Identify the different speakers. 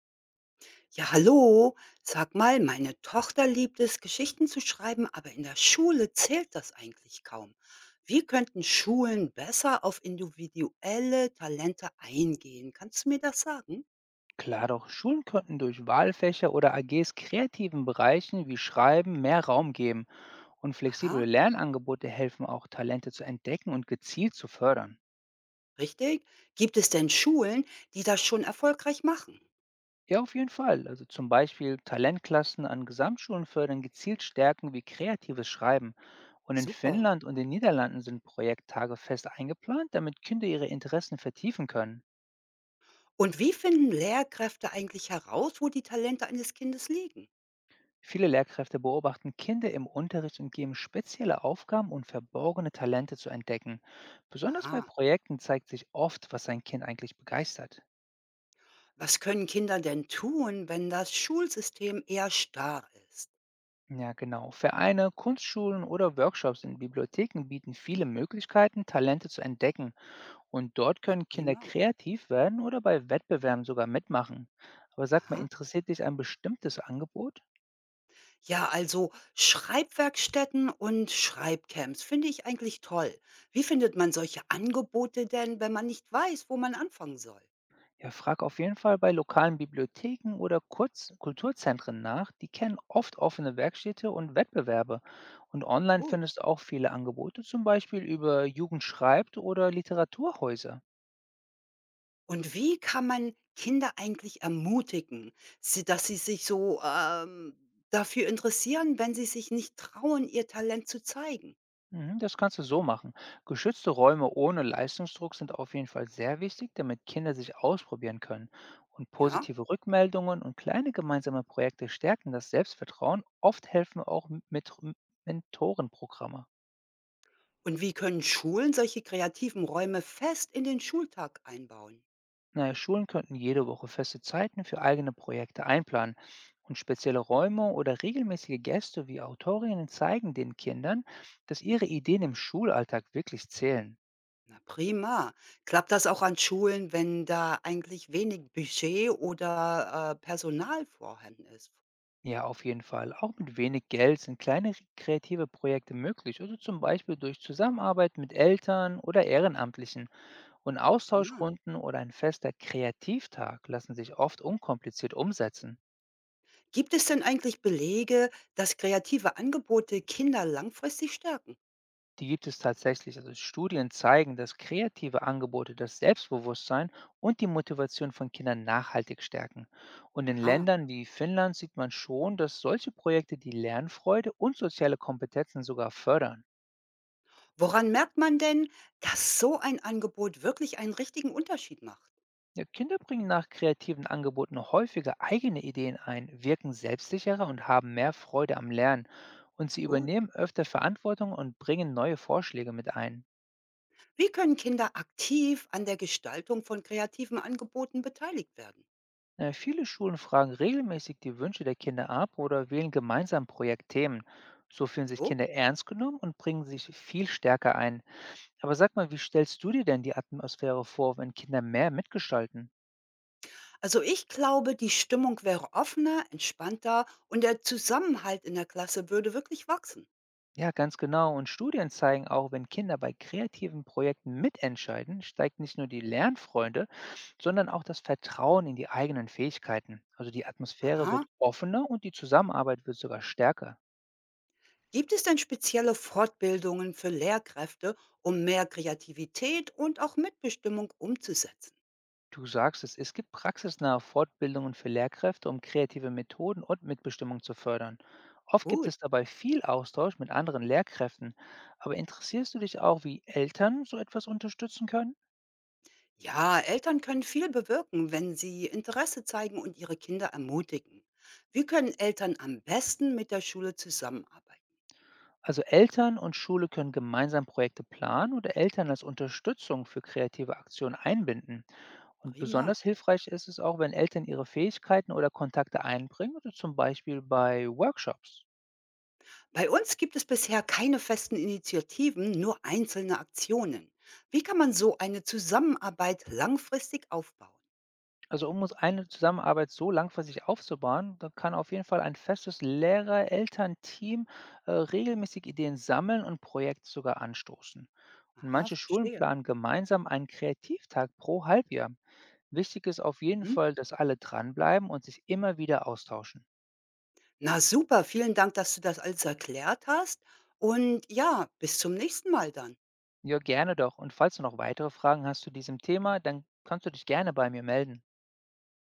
Speaker 1: Ja, hallo. Sag mal, meine Tochter liebt es, Geschichten zu schreiben, aber in der Schule zählt das eigentlich kaum. Wie könnten Schulen besser auf individuelle Talente eingehen? Kannst du mir das sagen?
Speaker 2: Klar doch, Schulen könnten durch Wahlfächer oder AGs kreativen Bereichen wie Schreiben mehr Raum geben und
Speaker 1: Aha,
Speaker 2: flexible Lernangebote helfen auch, Talente zu entdecken und gezielt zu fördern.
Speaker 1: richtig. Gibt es denn Schulen, die das schon erfolgreich machen?
Speaker 2: Ja, auf jeden Fall. Also zum Beispiel Talentklassen an Gesamtschulen fördern gezielt Stärken wie kreatives Schreiben. Und in
Speaker 1: Super.
Speaker 2: Finnland und den Niederlanden sind Projekttage fest eingeplant, damit Kinder ihre Interessen vertiefen können.
Speaker 1: Und wie finden Lehrkräfte eigentlich heraus, wo die Talente eines Kindes liegen?
Speaker 2: Viele Lehrkräfte beobachten Kinder im Unterricht und geben spezielle Aufgaben, um verborgene Talente zu entdecken. Besonders bei
Speaker 1: Aha.
Speaker 2: Projekten zeigt sich oft, was ein Kind eigentlich begeistert.
Speaker 1: Was können Kinder denn tun, wenn das Schulsystem eher starr ist?
Speaker 2: Ja, genau. Vereine, Kunstschulen oder Workshops in Bibliotheken bieten viele Möglichkeiten, Talente zu entdecken. Und dort
Speaker 1: Na
Speaker 2: können Kinder
Speaker 1: prima.
Speaker 2: kreativ werden oder bei Wettbewerben sogar mitmachen. Aber sag mal,
Speaker 1: Aha.
Speaker 2: interessiert dich ein bestimmtes Angebot?
Speaker 1: Ja, also Schreibwerkstätten und Schreibcamps finde ich eigentlich toll. Wie findet man solche Angebote denn, wenn man nicht weiß, wo man anfangen soll?
Speaker 2: Ja, frag auf jeden Fall bei lokalen Bibliotheken oder Kurz Kulturzentren nach. Die kennen oft offene Werkstätte und Wettbewerbe. Und online
Speaker 1: Gut.
Speaker 2: findest du auch viele Angebote, zum Beispiel über Jugend schreibt oder Literaturhäuser.
Speaker 1: Und wie kann man Kinder eigentlich ermutigen, dass sie sich dafür interessieren, wenn sie sich nicht trauen, ihr Talent zu zeigen?
Speaker 2: Mhm, das kannst du so machen. Geschützte Räume ohne Leistungsdruck sind auf jeden Fall sehr wichtig, damit Kinder sich ausprobieren können. Und
Speaker 1: Ja?
Speaker 2: positive Rückmeldungen und kleine gemeinsame Projekte stärken das Selbstvertrauen. Oft helfen auch mit Mentorenprogramme.
Speaker 1: Und wie können Schulen solche kreativen Räume fest in den Schultag einbauen?
Speaker 2: Naja, Schulen könnten jede Woche feste Zeiten für eigene Projekte einplanen und spezielle Räume oder regelmäßige Gäste wie Autorinnen zeigen den Kindern, dass ihre Ideen im Schulalltag wirklich zählen.
Speaker 1: Na prima. Klappt das auch an Schulen, wenn da eigentlich wenig Budget oder, Personal vorhanden ist?
Speaker 2: Ja, auf jeden Fall. Auch mit wenig Geld sind kleine kreative Projekte möglich, also zum Beispiel durch Zusammenarbeit mit Eltern oder Ehrenamtlichen. Und
Speaker 1: Ja.
Speaker 2: Austauschrunden oder ein fester Kreativtag lassen sich oft unkompliziert umsetzen.
Speaker 1: Gibt es denn eigentlich Belege, dass kreative Angebote Kinder langfristig stärken?
Speaker 2: Die gibt es tatsächlich. Also Studien zeigen, dass kreative Angebote das Selbstbewusstsein und die Motivation von Kindern nachhaltig stärken. Und in
Speaker 1: Aha.
Speaker 2: Ländern wie Finnland sieht man schon, dass solche Projekte die Lernfreude und soziale Kompetenzen sogar fördern.
Speaker 1: Woran merkt man denn, dass so ein Angebot wirklich einen richtigen Unterschied macht?
Speaker 2: Ja, Kinder bringen nach kreativen Angeboten häufiger eigene Ideen ein, wirken selbstsicherer und haben mehr Freude am Lernen. Und sie
Speaker 1: Gut.
Speaker 2: übernehmen öfter Verantwortung und bringen neue Vorschläge mit ein.
Speaker 1: Wie können Kinder aktiv an der Gestaltung von kreativen Angeboten beteiligt werden?
Speaker 2: Viele Schulen fragen regelmäßig die Wünsche der Kinder ab oder wählen gemeinsam Projektthemen. So fühlen sich
Speaker 1: So?
Speaker 2: Kinder ernst genommen und bringen sich viel stärker ein. Aber sag mal, wie stellst du dir denn die Atmosphäre vor, wenn Kinder mehr mitgestalten?
Speaker 1: Also ich glaube, die Stimmung wäre offener, entspannter und der Zusammenhalt in der Klasse würde wirklich wachsen.
Speaker 2: Ja, ganz genau. Und Studien zeigen auch, wenn Kinder bei kreativen Projekten mitentscheiden, steigt nicht nur die Lernfreude, sondern auch das Vertrauen in die eigenen Fähigkeiten. Also die Atmosphäre wird
Speaker 1: Aha.
Speaker 2: offener und die Zusammenarbeit wird sogar stärker.
Speaker 1: Gibt es denn spezielle Fortbildungen für Lehrkräfte, um mehr Kreativität und auch Mitbestimmung umzusetzen?
Speaker 2: Du sagst es, es gibt praxisnahe Fortbildungen für Lehrkräfte, um kreative Methoden und Mitbestimmung zu fördern. Oft gibt
Speaker 1: Gut.
Speaker 2: es dabei viel Austausch mit anderen Lehrkräften. Aber interessierst du dich auch, wie Eltern so etwas unterstützen können?
Speaker 1: Ja, Eltern können viel bewirken, wenn sie Interesse zeigen und ihre Kinder ermutigen. Wie können Eltern am besten mit der Schule zusammenarbeiten?
Speaker 2: Also Eltern und Schule können gemeinsam Projekte planen oder Eltern als Unterstützung für kreative Aktionen einbinden. Und
Speaker 1: Prima.
Speaker 2: besonders hilfreich ist es auch, wenn Eltern ihre Fähigkeiten oder Kontakte einbringen, also zum Beispiel bei Workshops.
Speaker 1: Bei uns gibt es bisher keine festen Initiativen, nur einzelne Aktionen. Wie kann man so eine Zusammenarbeit langfristig aufbauen?
Speaker 2: Also um uns eine Zusammenarbeit so langfristig aufzubauen, dann kann auf jeden Fall ein festes Lehrer-Elternteam regelmäßig Ideen sammeln und Projekte sogar anstoßen. Und
Speaker 1: Aha,
Speaker 2: manche Schulen
Speaker 1: verstehe.
Speaker 2: planen gemeinsam einen Kreativtag pro Halbjahr. Wichtig ist auf jeden
Speaker 1: Mhm.
Speaker 2: Fall, dass alle dranbleiben und sich immer wieder austauschen.
Speaker 1: Na super, vielen Dank, dass du das alles erklärt hast. Und ja, bis zum nächsten Mal dann.
Speaker 2: Ja, gerne doch. Und falls du noch weitere Fragen hast zu diesem Thema, dann kannst du dich gerne bei mir melden.